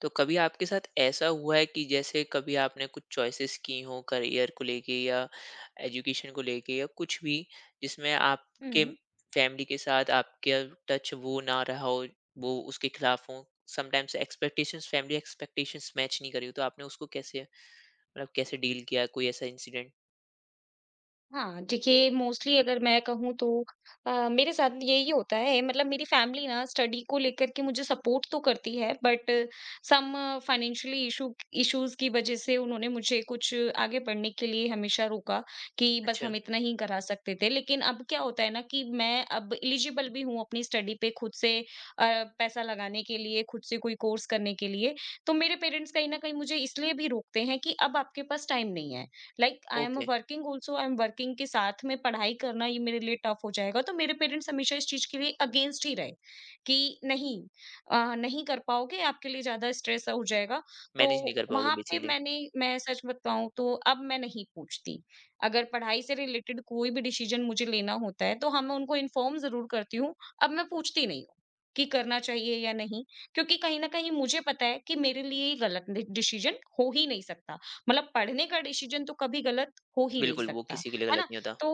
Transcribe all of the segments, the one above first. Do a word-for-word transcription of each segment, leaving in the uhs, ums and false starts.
तो कभी आपके साथ ऐसा हुआ है कि जैसे कभी आपने कुछ चॉइसेस की हो करियर को लेके या एजुकेशन को लेके या कुछ भी, जिसमें आपके हुँ। फैमिली के साथ आपके टच वो ना रहा हो, वो उसके खिलाफ हो, sometimes expectations family expectations match नहीं करी हो, तो आपने उसको कैसे, मतलब कैसे डील किया, कोई ऐसा इंसिडेंट। हाँ, देखिए मोस्टली अगर मैं कहूँ तो अ, मेरे साथ यही होता है मतलब मेरी फैमिली ना स्टडी को लेकर के मुझे सपोर्ट तो करती है but some financially issue issues की वजह से उन्होंने मुझे कुछ आगे पढ़ने के लिए हमेशा रोका कि बस अच्छा। हम इतना ही करा सकते थे। लेकिन अब क्या होता है ना कि मैं अब एलिजिबल भी हूँ अपनी स्टडी पे खुद से अ, पैसा लगाने के लिए, खुद से कोई कोर्स करने के लिए। तो मेरे पेरेंट्स कहीं न कहीं मुझे इसलिए भी रोकते हैं कि अब आपके पास टाइम नहीं है। Like I am okay. Working also I am working के साथ में पढ़ाई करना ये मेरे लिए टफ हो जाएगा तो मेरे पेरेंट्स हमेशा इस चीज के लिए अगेंस्ट ही रहे कि नहीं अ, नहीं कर पाओगे, आपके लिए ज्यादा स्ट्रेस हो जाएगा। तो मैनेज नहीं कर पाओगे वहां पे बेसिकली। मैंने मैं सच बताऊं तो अब मैं नहीं पूछती, अगर पढ़ाई से रिलेटेड कोई भी डिसीजन मुझे लेना होता है तो हाँ, मैं उनको इन्फॉर्म जरूर करती हूँ, अब मैं पूछती नहीं हूँ कि करना चाहिए या नहीं, क्योंकि कहीं ना कहीं मुझे पता है कि मेरे लिए ये गलत डिसीजन हो ही नहीं सकता, मतलब पढ़ने का डिसीजन तो कभी गलत हो ही नहीं बिल्कुल, वो सकता, किसी के लिए है गलत ना? नहीं होता। तो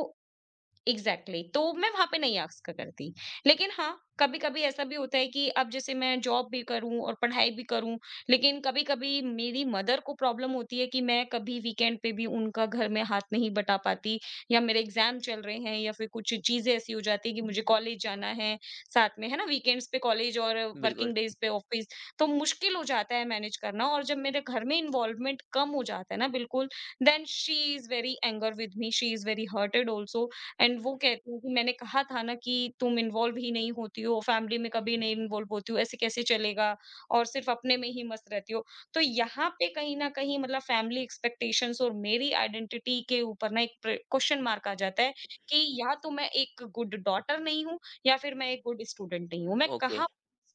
एग्जैक्टली exactly. तो मैं वहां पे नहीं आस्क करती, लेकिन हाँ कभी कभी ऐसा भी होता है कि अब जैसे मैं जॉब भी करूं और पढ़ाई भी करूं, लेकिन कभी कभी मेरी मदर को प्रॉब्लम होती है कि मैं कभी वीकेंड पे भी उनका घर में हाथ नहीं बटा पाती, या मेरे एग्जाम चल रहे हैं, या फिर कुछ चीजें ऐसी हो जाती है कि मुझे कॉलेज जाना है, साथ में है ना, वीकेंड्स पे कॉलेज और बिल्कुल। वर्किंग डेज पे ऑफिस, तो मुश्किल हो जाता है मैनेज करना। और जब मेरे घर में इन्वॉल्वमेंट कम हो जाता है ना, बिल्कुल, then she is very anger with me, she is very hurted also, and वो कहती हैं कि मैंने कहा था ना कि तुम इन्वॉल्व ही नहीं होती हो, फैमिली में कभी नहीं इन्वॉल्व होती हो, ऐसे कैसे चलेगा? और सिर्फ अपने में ही मस्त रहती हो। तो यहाँ पे कहीं न कहीं मतलब फैमिली एक्सपेक्टेशंस और मेरी आइडेंटिटी के ऊपर ना एक प्र क्वेश्चन मार्क आ जाता है कि या तो मैं एक गुड डॉटर नहीं हूँ, या फिर मैं एक गुड स्टूडेंट नहीं हूँ। मैं ओके। कहाँ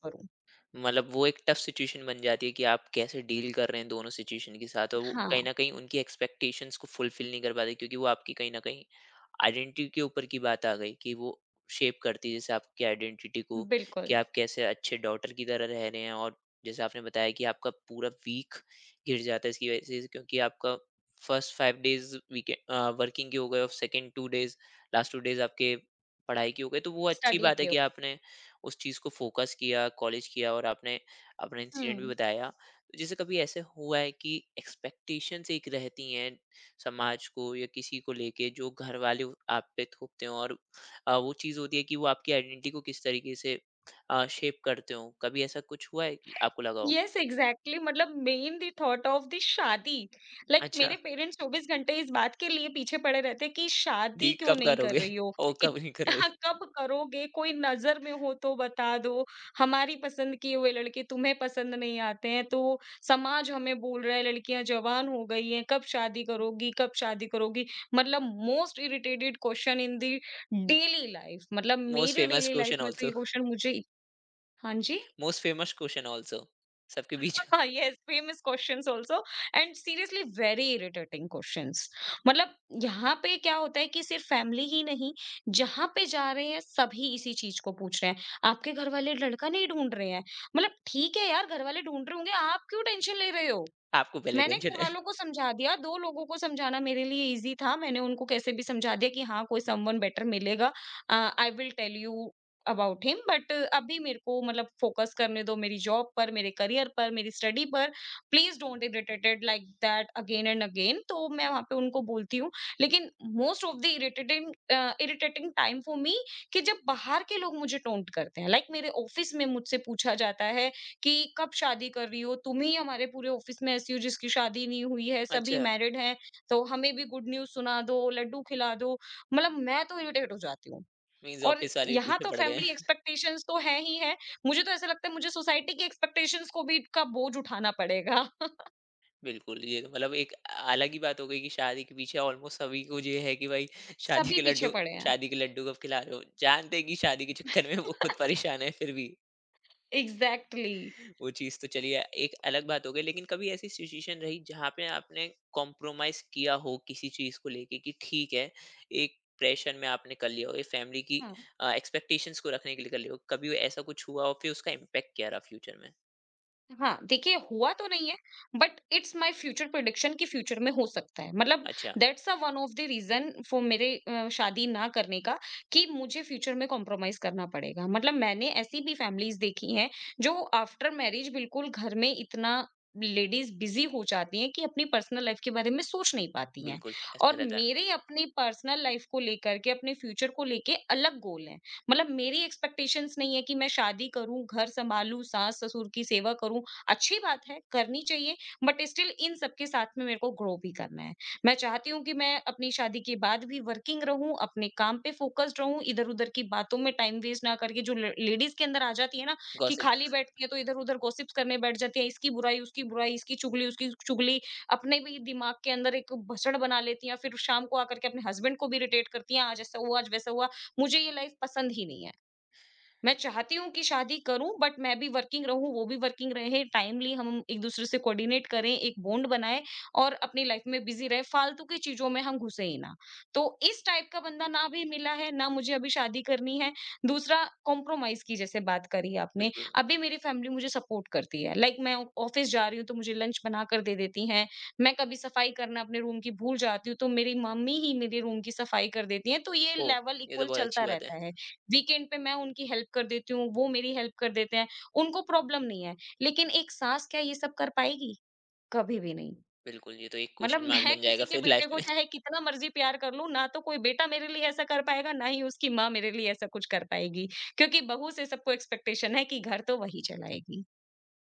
करूँ? मतलब वो एक टफ सिचुएशन बन जाती है कि आप कैसे डील कर रहे हैं दोनों सिचुएशन के साथ, और वो हाँ, कहीं ना कहीं उनकी एक्सपेक्टेशंस को फुलफिल नहीं कर पाते, क्योंकि वो आपकी कहीं ना कहीं आइडेंटिटी के ऊपर की बात आ गई कि वो शेप करती है जैसे आपकी आइडेंटिटी को, कि बिल्कुल। आप कैसे अच्छे डॉटर की तरह रह रहे हैं। और जैसे आपने बताया कि आपका पूरा वीक गिर जाता है इसकी वजह से, क्योंकि आपका first five days weekend working के हो गए, और second two days, last two days आपके पढ़ाई की हो गए। तो वो अच्छी स्टडी बात है के उ कि आपने उस चीज़ को फोकस किया, कॉलेज किया, और आपने अपना हुँ। इंसिडेंट भी बताया। तो जैसे कभी ऐसे हुआ है कि एक्सपेक्टेशंस एक रहती हैं समाज को या किसी को लेके, जो घर वाले उ- आप पे थोपते हो, और अ, वो चीज़ होती है कि वो आपकी आइडेंटिटी को किस तरीके से शेप करते हो, कभी ऐसा कुछ हुआ है कि आपको लगा हो। यस एग्जैक्टली, मतलब main the thought of the shaadi. Like like, अच्छा। मेरे पेरेंट्स चौबीस घंटे इस बात के लिए पीछे पड़े रहते हैं कि दी शादी क्यों कब नहीं कर करोगे? रही हो। ओ कब इत- नहीं करोगे। कब करोगे, कोई नजर में हो तो बता दो, हमारी पसंद किए हुए लड़के तुम्हें पसंद नहीं आते हैं तो। समाज हमें बोल रहा है, लड़कियां जवान हो गई हैं, कब शादी करोगी, कब शादी करोगी, मतलब most irritated question in the daily life, मतलब मोस्ट मेरी फेमस डेली लाइफ क्वेश्चन में तो ऑल्सो। ये क्वेश्चन मुझे इत- हाँ जी। मोस्ट फेमस क्वेश्चन ऑल्सो, सबके बीच। yes famous questions also, and seriously very irritating questions। मतलब यहाँ पे क्या होता है कि सिर्फ फैमिली ही नहीं, जहां पे जा रहे हैं सभी इसी चीज को पूछ रहे हैं, आपके घर वाले लड़का नहीं ढूंढ रहे हैं, मतलब ठीक है यार, घर वाले ढूंढ रहे होंगे, आप क्यों टेंशन ले रहे हो। आपको पहले मैंने टेंशन है। घरवालों को समझा दिया, दो लोगों को समझाना मेरे लिए ईज़ी था, मैंने उनको कैसे भी समझा दिया कि हाँ, कोई समवन बेटर मिलेगा। Uh, I will tell you about him, but अभी मेरे को मतलब फ़ोकस करने दो मेरी जॉब पर, मेरे करियर पर, मेरी स्टडी पर। Please don't irritated like that again and again. तो मैं वहाँ पे उनको बोलती हूँ, लेकिन most of the irritating uh, irritating time for me कि जब बाहर के लोग मुझे टोंट करते हैं। लाइक like मेरे ऑफ़िस में मुझसे पूछा जाता है कि कब शादी कर रही हो? तुम ही हमारे पूरे ऑफिस में ऐसी हो जिसकी शादी नहीं हुई है, सभी अच्छा। मैरिड हैं, तो हमें भी गुड न्यूज़ सुना दो, लड्डू खिला दो। मतलब मैं तो इरिटेट हो जाती हूँ, मीन्स और ऑफिस वाले भी यहाँ पीछे तो पड़ गए। फैमिली एक्सपेक्टेशंस तो हैं ही हैं, मुझे तो ऐसा लगता है मुझे सोसाइटी की एक्सपेक्टेशंस को भी का बोझ उठाना पड़ेगा। बिल्कुल, ये तो मतलब एक अलग ही बात हो गई कि शादी के पीछे ऑलमोस्ट सभी को ये है कि भाई शादी सभी के पीछे लड्डू, पड़े हैं। शादी के लड्डू कब खिला रहे हो? जानते हैं कि शादी के चक्कर में वो खुद परेशान है, फिर भी एग्ज़ैक्टली। वो चीज़ तो चलिए एक अलग बात हो गई। लेकिन कभी ऐसी सिचुएशन रही जहाँ पे आपने कॉम्प्रोमाइज़ किया हो किसी चीज़ को लेके, कि ठीक है, एक प्रेशर में आपने कर लिया हो, ये फैमिली की हाँ। अ, एक्सपेक्टेशंस को रखने के लिए कर लिया हो। कभी ऐसा कुछ हुआ, और फिर उसका इम्पैक्ट क्या रहा फ्यूचर में? हाँ, देखिए हुआ तो नहीं है, but it's my future prediction कि फ्यूचर में हो सकता है। मतलब अच्छा। That's a one of the reason for मेरे अ, शादी ना करने का, कि मुझे फ्यूचर में कॉम्प्रोमाइज़ करना पड़ेगा। मतलब मैंने ऐसी भी फैमिलीज़ देखी हैं जो आफ्टर मैरिज बिल्कुल घर में इतना लेडीज़ बिज़ी हो जाती हैं कि अपनी पर्सनल लाइफ़ के बारे में सोच नहीं पाती हैं। बिल्कुल ऐसा और रहता है। मेरे अपनी पर्सनल लाइफ़ को लेकर के अपने फ्यूचर को लेके अलग गोल हैं। मतलब मेरी एक्सपेक्टेशंस नहीं है कि मैं शादी करूँ, घर सँभालूँ, सास-ससुर की सेवा करूँ, अच्छी बात है, करनी चाहिए, बट स्टिल इन सबके साथ में मेरे को ग्रो भी करना है। मैं चाहती हूँ कि मैं अपनी शादी के बाद भी वर्किंग रहूँ, अपने काम पे फ़ोकस्ड रहूँ, इधर-उधर की बातों में टाइम वेस्ट ना करके, जो ल लेडीज़ के अंदर आ जाती है ना, कि गॉसिप। खाली बैठती है तो इधर-उधर गॉसिप्स करने बैठ जाती है, इसकी बुराई, उसकी बुराई, इसकी चुगली, उसकी चुगली, अपने भी दिमाग के अंदर एक भसड़ बना लेती हैं, फिर शाम को आकर के अपने हस्बैंड को भी इरिटेट करती हैं, आज ऐसा हुआ, आज वैसा हुआ। मुझे ये लाइफ़ पसंद ही नहीं है। मैं चाहती हूँ कि शादी करूँ, बट मैं भी वर्किंग रहूँ, वो भी वर्किंग रहे, टाइमली हम एक-दूसरे से कोऑर्डिनेट करें, एक बॉन्ड बनाएँ और अपनी लाइफ में बिज़ी रहें, फालतू की चीज़ों में हम घुसें ही ना। तो इस टाइप का बंदा ना भी मिला है, ना मुझे अभी शादी करनी है। दूसरा कॉम्प्रोमाइज़ की जैसे बात करी आपने, बिल्कुल। अभी मेरी फैमिली मुझे सपोर्ट करती है। लाइक मैं ऑफिस जा रही हूँ तो मुझे लंच बनाकर दे देती हैं, मैं कभी सफाई करना अपने रूम की भूल जाती हूँ तो मेरी मम्मी ही मेरे रूम की सफाई कर देती हैं, तो ये ओह! लेवल ये तो इक्वल बहुत चलता अच्छी बात है। रहता है। वीकेंड पे मैं उनकी हेल्प कर देती हूँ, वो मेरी हेल्प कर देते हैं, उनको प्रॉब्लम नहीं है। लेकिन एक सास क्या ये सब कर पाएगी? कभी भी नहीं। बिल्कुल, ये तो एक मतलब क्वेश्चन मार्क मैं बन जाएगा किसी के फिर बेटे लाइफ को में। चाहे कितना मर्ज़ी प्यार कर लूँ, ना तो कोई बेटा मेरे लिए ऐसा कर पाएगा, ना ही उसकी माँ मेरे लिए ऐसा कुछ कर पाएगी। क्योंकि बहू से सबको एक्सपेक्टेशन है कि घर तो वही चलाएगी।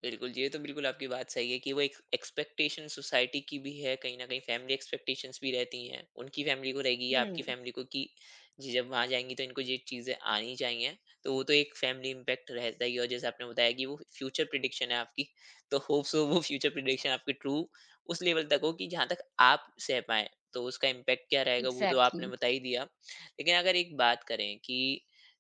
बिल्कुल, ये तो बिल्कुल आपकी बात सही है कि वो एक एक्सपेक्टेशन सोसाइटी की भी है, कहीं न कहीं फैमिली एक्सपेक्टेशंस भी रहती हैं। उनकी फैमिली को रहेगी या आपकी हुँ। फैमिली को कि जी, जब वहाँ जाएँगी तो इनको ये चीज़ें आनी चाहिए। तो वो तो एक फैमिली इम्पैक्ट रहता ही है, और जैसे आपने बताया कि वो फ्यूचर प्रेडिक्शन है आपकी, तो होप सो वो फ्यूचर प्रेडिक्शन आपकी ट्रू उस लेवल तक हो कि जहाँ तक आप सह पाएँ। तो उसका इम्पैक्ट क्या रहेगा वो तो आपने एग्ज़ैक्टली। बता ही दिया। लेकिन अगर एक बात करें कि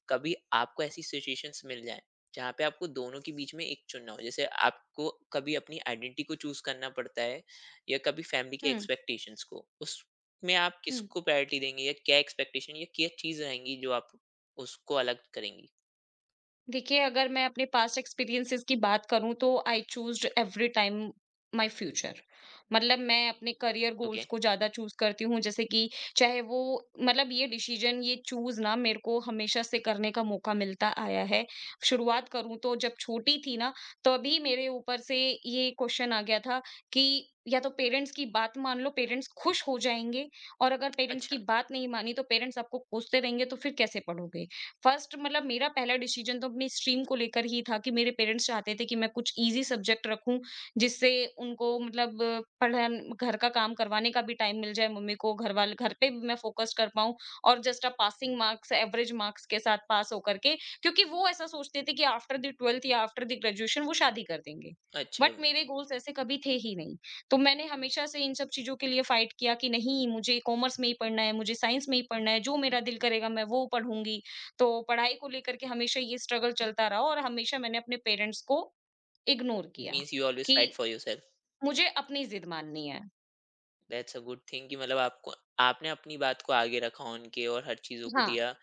कभी आपको ऐसी सिचुएशंस मिल जाएँ जहाँ पे आपको दोनों के बीच में एक चुनना हो, जैसे आपको कभी अपनी आइडेंटिटी को चूज करना पड़ता है या कभी फैमिली के हुँ, एक्सपेक्टेशंस को, उसमें आप हुँ। किसको प्रायोरिटी देंगे, या क्या एक्सपेक्टेशन या क्या चीज रहेंगी जो आप उसको अलग करेंगी। देखिए, अगर मैं अपने पास्ट एक्सपीरियंसेस की बात करूँ तो I choosed every time my future. मतलब मैं अपने करियर ओके। गोल्स को ज़्यादा चूज़ करती हूँ, जैसे कि चाहे वो मतलब ये डिसीज़न ये चूज़ ना मेरे को हमेशा से करने का मौका मिलता आया है। शुरुआत करूँ तो जब छोटी थी ना तभी मेरे ऊपर से ये क्वेश्चन आ गया था कि या तो पेरेंट्स की बात मान लो, पेरेंट्स खुश हो जाएँगे, और अगर पेरेंट्स अच्छा। की बात नहीं मानी तो पेरेंट्स आपको कोसते रहेंगे तो फिर कैसे पढ़ोगे? फर्स्ट मतलब मेरा पहला डिसीजन तो अपनी स्ट्रीम को लेकर ही था कि मेरे पेरेंट्स चाहते थे कि मैं कुछ इजी सब्जेक्ट रखूं, जिससे उनको मतलब पढ़ा घर का काम करवाने का भी टाइम मिल जाए मम्मी को, घर वाले घर पे भी मैं फोकस कर पाऊं, और just a passing marks average marks के साथ पास होकर के, क्योंकि वो ऐसा सोचते थे कि आफ्टर द ट्वेल्थ या आफ्टर द ग्रेजुएशन वो शादी कर देंगे। अच्छा। बट मेरे गोल्स ऐसे कभी थे ही नहीं, तो मैंने हमेशा से इन सब चीजों के लिए फाइट किया कि नहीं, मुझे कॉमर्स में ही पढ़ना है, मुझे साइंस में ही पढ़ना है, जो मेरा दिल करेगा मैं वो पढ़ूंगी। तो पढ़ाई को लेकर के हमेशा ये स्ट्रगल चलता रहा, और हमेशा मैंने अपने पेरेंट्स को इग्नोर किया मीन्स यू ऑलवेज कि फाइट फॉर योर सेल्फ। मुझे अपनी जिद माननी है। दैट्स अ गुड थिंग कि मतलब आपको, आपने अपनी बात को आगे रखा उनके, और हर चीजों को हाँ, दिया,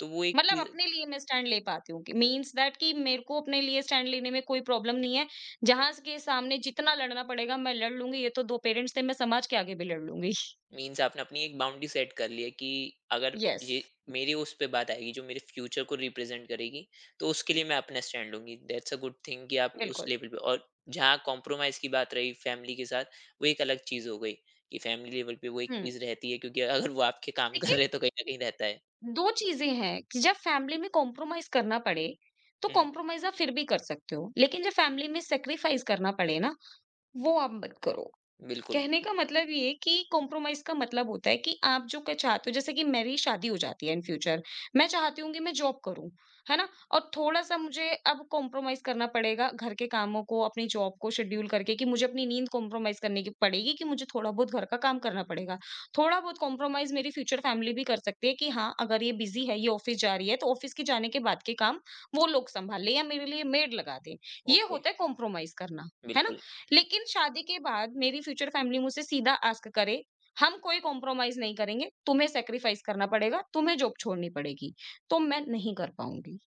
तो वो एक मतलब चीज। अपने लिए मैं स्टैंड ले पाती हूँ, कि मीन्स दैट कि मेरे को अपने लिए स्टैंड लेने में कोई प्रॉब्लम नहीं है। जहाँ के सामने जितना लड़ना पड़ेगा मैं लड़ लूँगी, ये तो दो पेरेंट्स थे, मैं समाज के आगे भी लड़ लूँगी। मीन्स आपने अपनी एक बाउंड्री सेट कर ली है कि अगर ये यस, मेरी उस पे बात आएगी जो मेरे फ्यूचर को रिप्रेजेंट करेगी, तो उसके लिए मैं अपना स्टैंड लूंगी। दैट्स अ गुड थिंग कि आप उस बिल्कुल। लेवल पे, और जहाँ कॉम्प्रोमाइज की बात रही फैमिली के साथ, वो एक अलग चीज हो गई कि फैमिली लेवल पे वो एक हुँ, चीज रहती है, क्योंकि अगर वो आपके काम कर देखिए रहे हैं तो कहीं ना कहीं रहता है। दो चीज़ें हैं कि जब फैमिली में कॉम्प्रोमाइज़ करना पड़े, तो हम्म। कॉम्प्रोमाइज़ आप फिर भी कर सकते हो। लेकिन जब फैमिली में सैक्रिफाइस करना पड़े ना, वो आप मत करो। बिल्कुल। कहने का मतलब ये है कि कॉम्प्रोमाइज़ का मतलब होता है कि आप जो क चाहते हो, जैसे कि मेरी शादी हो जाती है इन फ्यूचर, मैं चाहती हूँ कि मैं जॉब करूँ, है ना? और थोड़ा-सा मुझे अब कॉम्प्रोमाइज़ करना पड़ेगा घर के कामों को, अपनी जॉब को शेड्यूल करके कि मुझे अपनी नींद कॉम्प्रोमाइज़ करने की पड़ेगी कि मुझे थोड़ा बहुत घर का काम करना पड़ेगा। थोड़ा बहुत कॉम्प्रोमाइज़ मेरी फ्यूचर फैमिली भी कर सकती है कि हाँ, अगर ये बिज़ी है, ये ऑफ़िस जा रही है, तो ऑफ़िस के जाने के बाद के काम वो लोग सँभाल लें या मेरे लिए मेड लगा दें। ये ओके। होता है कॉम्प्रोमाइज़ करना, है ना? बिल्कुल। लेकिन शादी के बाद मेरी फ्यूचर फैमिली मुझसे सीधा आस्क करे, "हम कोई कॉम्प्रोमाइज़ नहीं करेंगे, तुम्हें सैक्रिफाइस करना पड़ेगा, तुम्हें जॉब छोड़नी पड़ेगी।" तो मैं नहीं कर पाऊँगी।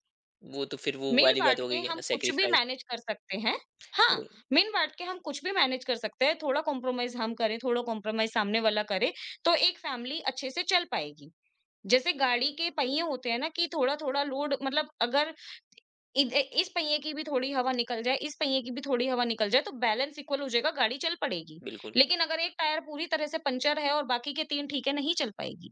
वो तो फिर वो वाली बात मिल-बाँट हो के गई है ना, हम कुछ भी सेक्रीफाइस। मैनेज कर सकते हैं। हाँ, मिल-बाँट के हम कुछ भी मैनेज कर सकते हैं, थोड़ा कॉम्प्रोमाइज़ हम करें, थोड़ा कॉम्प्रोमाइज़ सामने वाला करे, तो एक फैमिली अच्छे से चल पाएगी। जैसे गाड़ी के पहिए होते हैं ना कि थोड़ा-थोड़ा लोड मतलब अगर इध इस पहिए की भी थोड़ी हवा निकल जाए, इस पहिए की भी थोड़ी हवा निकल जाए, तो बैलेंस इक्वल हो जाएगा, गाड़ी चल पड़ेगी। बिल्कुल। लेकिन अगर एक टायर पूरी तरह से पंक्चर है और बाकी के तीन ठीक है, नहीं चल पाएगी,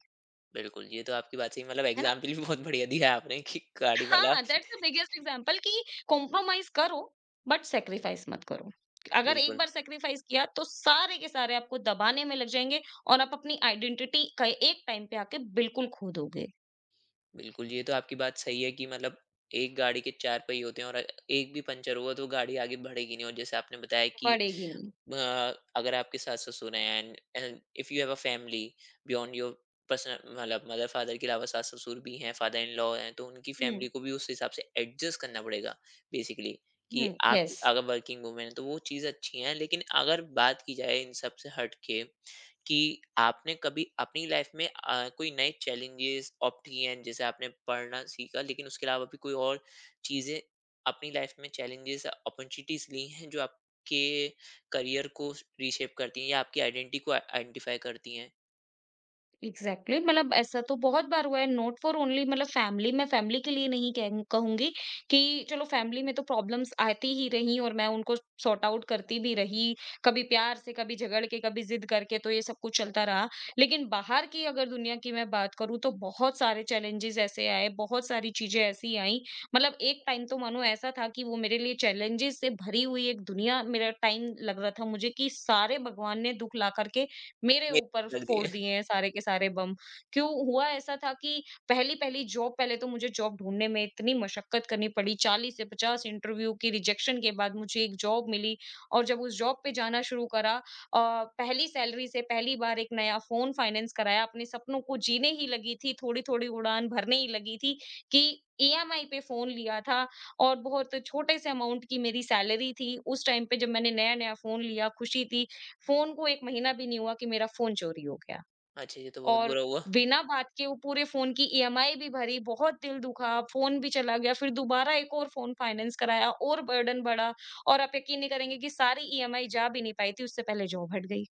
बिल्कुल, ये तो आपकी बात सही, मतलब है ना? एग्जाम्पल भी बहुत बढ़िया दिया है आपने कि गाड़ी वाला। हाँ, दैट्स द बिगेस्ट एग्जांपल कि कॉम्प्रोमाइज़ करो, बट सैक्रिफाइस मत करो। अगर एक बिल्कुल। बार सैक्रिफाइस किया, तो सारे के सारे आपको दबाने में लग जाएँगे और आप अपनी आइडेंटिटी का एक टाइम पे आके बिल्कुल खो दोगे, बिल्कुल, ये तो आपकी बात सही है कि मतलब एक गाड़ी के चार पहिए होते हैं, और एक भी पंचर हुआ तो गाड़ी आगे बढ़ेगी नहीं। और जैसे आपने बताया कि बढ़ेगी नहीं। अ, अगर आपके सास-ससुर हैं, and and if you have a family beyond your personal, मतलब मदर-फादर के अलावा सास-ससुर भी हैं, फादर इन लॉ हैं, तो उनकी हुँ, फैमिली को भी उस हिसाब से एडजस्ट करना पड़ेगा बेसिकली, कि हुँ, आप येस। अगर वर्किंग वूमेन हैं, तो वो चीज़ अच्छी है। लेकिन अगर बात की जाए इन सब से हट के, कि आपने कभी अपनी लाइफ में अ, कोई नए चैलेंजेस ऑप्ट किए हैं, जैसे आपने पढ़ना सीखा, लेकिन उसके अलावा भी कोई और चीज़ें, अपनी लाइफ में चैलेंजेस अपॉर्चुनिटीज ली हैं जो आपके करियर को रीशेप करती हैं या आपकी आइडेंटिटी को आइडेंटिफाई करती हैं। Exactly exactly. मतलब ऐसा तो बहुत बार हुआ है नॉट फॉर ओनली मतलब फैमिली मैं फैमिली के लिए नहीं कह, कहूंगी कि चलो फैमिली में तो प्रॉब्लम्स आती ही रही और मैं उनको सॉर्ट आउट करती भी रही, कभी प्यार से कभी झगड़ के कभी जिद करके, तो ये सब कुछ चलता रहा। लेकिन बाहर की अगर दुनिया की मैं बात करूँ, तो बहुत सारे चैलेंजेस ऐसे आए, बहुत सारी चीजें ऐसी आई। मतलब एक टाइम तो मानो ऐसा था कि वो मेरे लिए चैलेंजेस से भरी हुई एक दुनिया मेरा टाइम लग रहा था मुझे कि सारे भगवान ने दुख ला करके मेरे ऊपर मेरे लग फोड़ दिए। दिए हैं सारे के सारे बम। क्यों हुआ ऐसा था कि पहली-पहली जॉब, पहले तो मुझे जॉब ढूँढने में इतनी मशक्कत करनी पड़ी, चालीस से पचास इंटरव्यू की रिजेक्शन के बाद मुझे एक जॉब मिली। और जब उस जॉब पे जाना शुरू करा, अ, पहली सैलरी से पहली बार एक नया फ़ोन फाइनेंस कराया, अपने सपनों को जीने ही लगी थी, थोड़ी-थोड़ी उड़ान भरने ही लगी थी कि ईएमआई पे फ़ोन लिया था और बहुत छोटे से अमाउंट की मेरी सैलरी थी। उस टाइम पे जब मैंने नया-नया फ़ोन लिया खुशी थी, फ़ोन को एक महीना भी नहीं हुआ कि मेरा फ़ोन चोरी हो गया। अच्छा, ये तो बहुत और बुरा हुआ। बिना बात के वो पूरे फ़ोन की ईएमआई भी भरी, बहुत दिल दुखा, फ़ोन भी चला गया, फिर दोबारा एक और फ़ोन फाइनेंस कराया और बर्डन बढ़ा। और आप यकीन नहीं करेंगे कि सारी ईएमआई जा भी नहीं पाई थी, उससे पहले जॉब हट गई।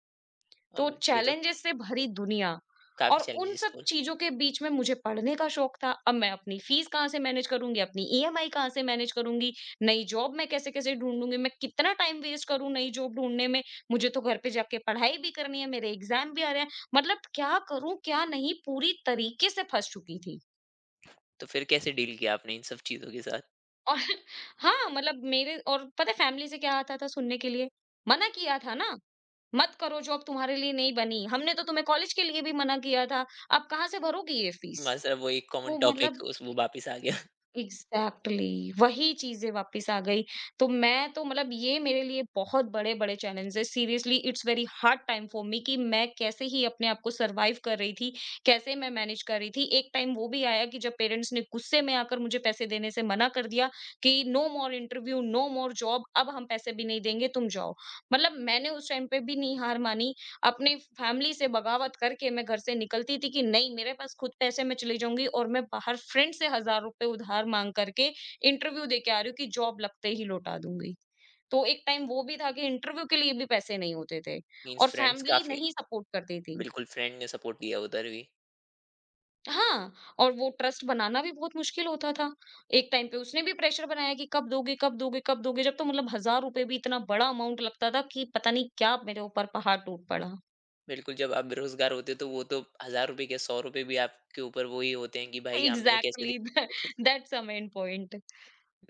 तो और ये तो चैलेंजेस से भरी दुनिया, काफी और उन चैलेंजेस सब था। चीज़ों के बीच में मुझे पढ़ने का शौक था। अब मैं अपनी फीस कहाँ से मैनेज करूँगी, अपनी ईएमआई कहाँ से मैनेज करूँगी, नई जॉब मैं कैसे-कैसे ढूँढूँगी, मैं कितना टाइम वेस्ट करूँ नई जॉब ढूँढने में। मुझे तो घर पे जाके पढ़ाई भी करनी है, मेरे एग्ज़ाम भी आ रहे हैं। मतलब क्या करूँ, क्या नहीं, पूरी तरीके से फँस चुकी थी। तो फिर कैसे डील किया आपने इन सब चीज़ों के साथ? और हाँ, मतलब मेरे और पता है फैमिली से क्या आता था सुनने के लिए? मना किया था ना। मत करो जॉब, तुम्हारे लिए नहीं बनी, हमने तो तुम्हें कॉलेज के लिए भी मना किया था, अब कहाँ से भरोगी ये फीस? मतलब वो एक कॉमन तो टॉपिक मतलब उस वो वापस आ गया। एग्ज़ैक्टली वही चीज़ें वापस आ गई। तो मैं तो मतलब ये मेरे लिए बहुत बड़े-बड़े चैलेंज है, seriously it's very hard time for me, कि मैं कैसे ही अपने आप को सर्वाइव कर रही थी, कैसे मैं मैनेज कर रही थी। एक टाइम वो भी आया कि जब पेरेंट्स ने गुस्से में आकर मुझे पैसे देने से मना कर दिया कि no more interview, no more job, अब हम पैसे भी नहीं देंगे, तुम जाओ। मतलब मैंने उस टाइम पे भी नहीं हार मानी, अपनी फैमिली से बगावत करके मैं घर से निकलती थी कि नहीं, मेरे पास खुद पैसे, मैं चली जाऊँगी और मैं बाहर फ्रेंड से हज़ार रुपए उधार माँग करके इंटरव्यू दे के आ रही हूँ कि जॉब लगते ही लौटा दूँगी। तो एक टाइम वो भी था कि इंटरव्यू के लिए भी पैसे नहीं होते थे मीन्स और फ्रेंड्स फैमिली काफी। नहीं सपोर्ट करती थी। बिल्कुल, फ्रेंड ने सपोर्ट किया उधर भी। हाँ, और वो ट्रस्ट बनाना भी बहुत मुश्किल होता था। एक टाइम पे उसने भी प्रेशर बनाया कि कब दोगे, कब दोगे, कब दोगे? जब तो मतलब हज़ार रुपए भी इतना बड़ा अमाउंट लगता था कि पता नहीं क्या मेरे ऊपर पहाड़ टूट पड़ा। बिल्कुल, जब आप बेरोज़गार होते हो तो वो तो हज़ार रुपए क्या, ₹सौ रुपए भी आपके ऊपर वो ही होते हैं कि भाई हमने कैसे एग्जैक्टली दिया आपको। That's a main point.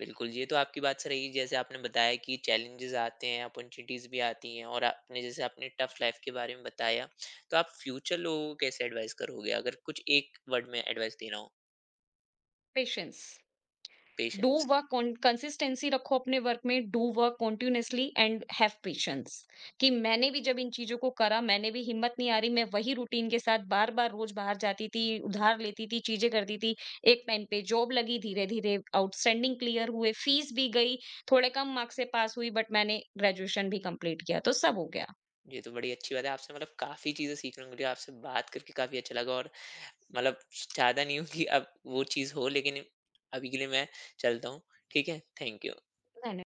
बिल्कुल, ये तो आपकी बात सही रही, जैसे आपने बताया कि चैलेंजेज़ आते हैं, अपॉर्च्युनिटीज़ भी आती हैं, और आपने जैसे आपने टफ लाइफ़ के बारे में बताया, तो आप फ्यूचर लोगों को कैसे एडवाइस करोगे? अगर कुछ एक वर्ड में एडवाइस देना हो? Patience, do patience. Work, consistency रखो अपने वर्क में, do work continuously and have patience, कि मैंने भी जब इन चीजों को करा मैंने भी, हिम्मत नहीं आ रही, मैं वही रूटीन के साथ बार बार रोज बाहर जाती थी, उधार लेती थी, चीजें करती थी। एक टाइम पे जॉब लगी, धीरे धीरे आउटस्टैंडिंग क्लियर हुए, फीस भी गई, थोड़े कम मार्क्स से पास हुई, बट मैंने ग्रेजुएशन भी कंप्लीट किया, तो सब हो ये तो बड़ी अच्छी बात है, आपसे मतलब काफ़ी चीज़ें सीखने को मिली, आपसे बात करके काफ़ी अच्छा लगा, और मतलब चाहता नहीं हूँ कि अब वो चीज़ हो, लेकिन अभी के लिए मैं चलता हूँ। ठीक है? Thank you. गया।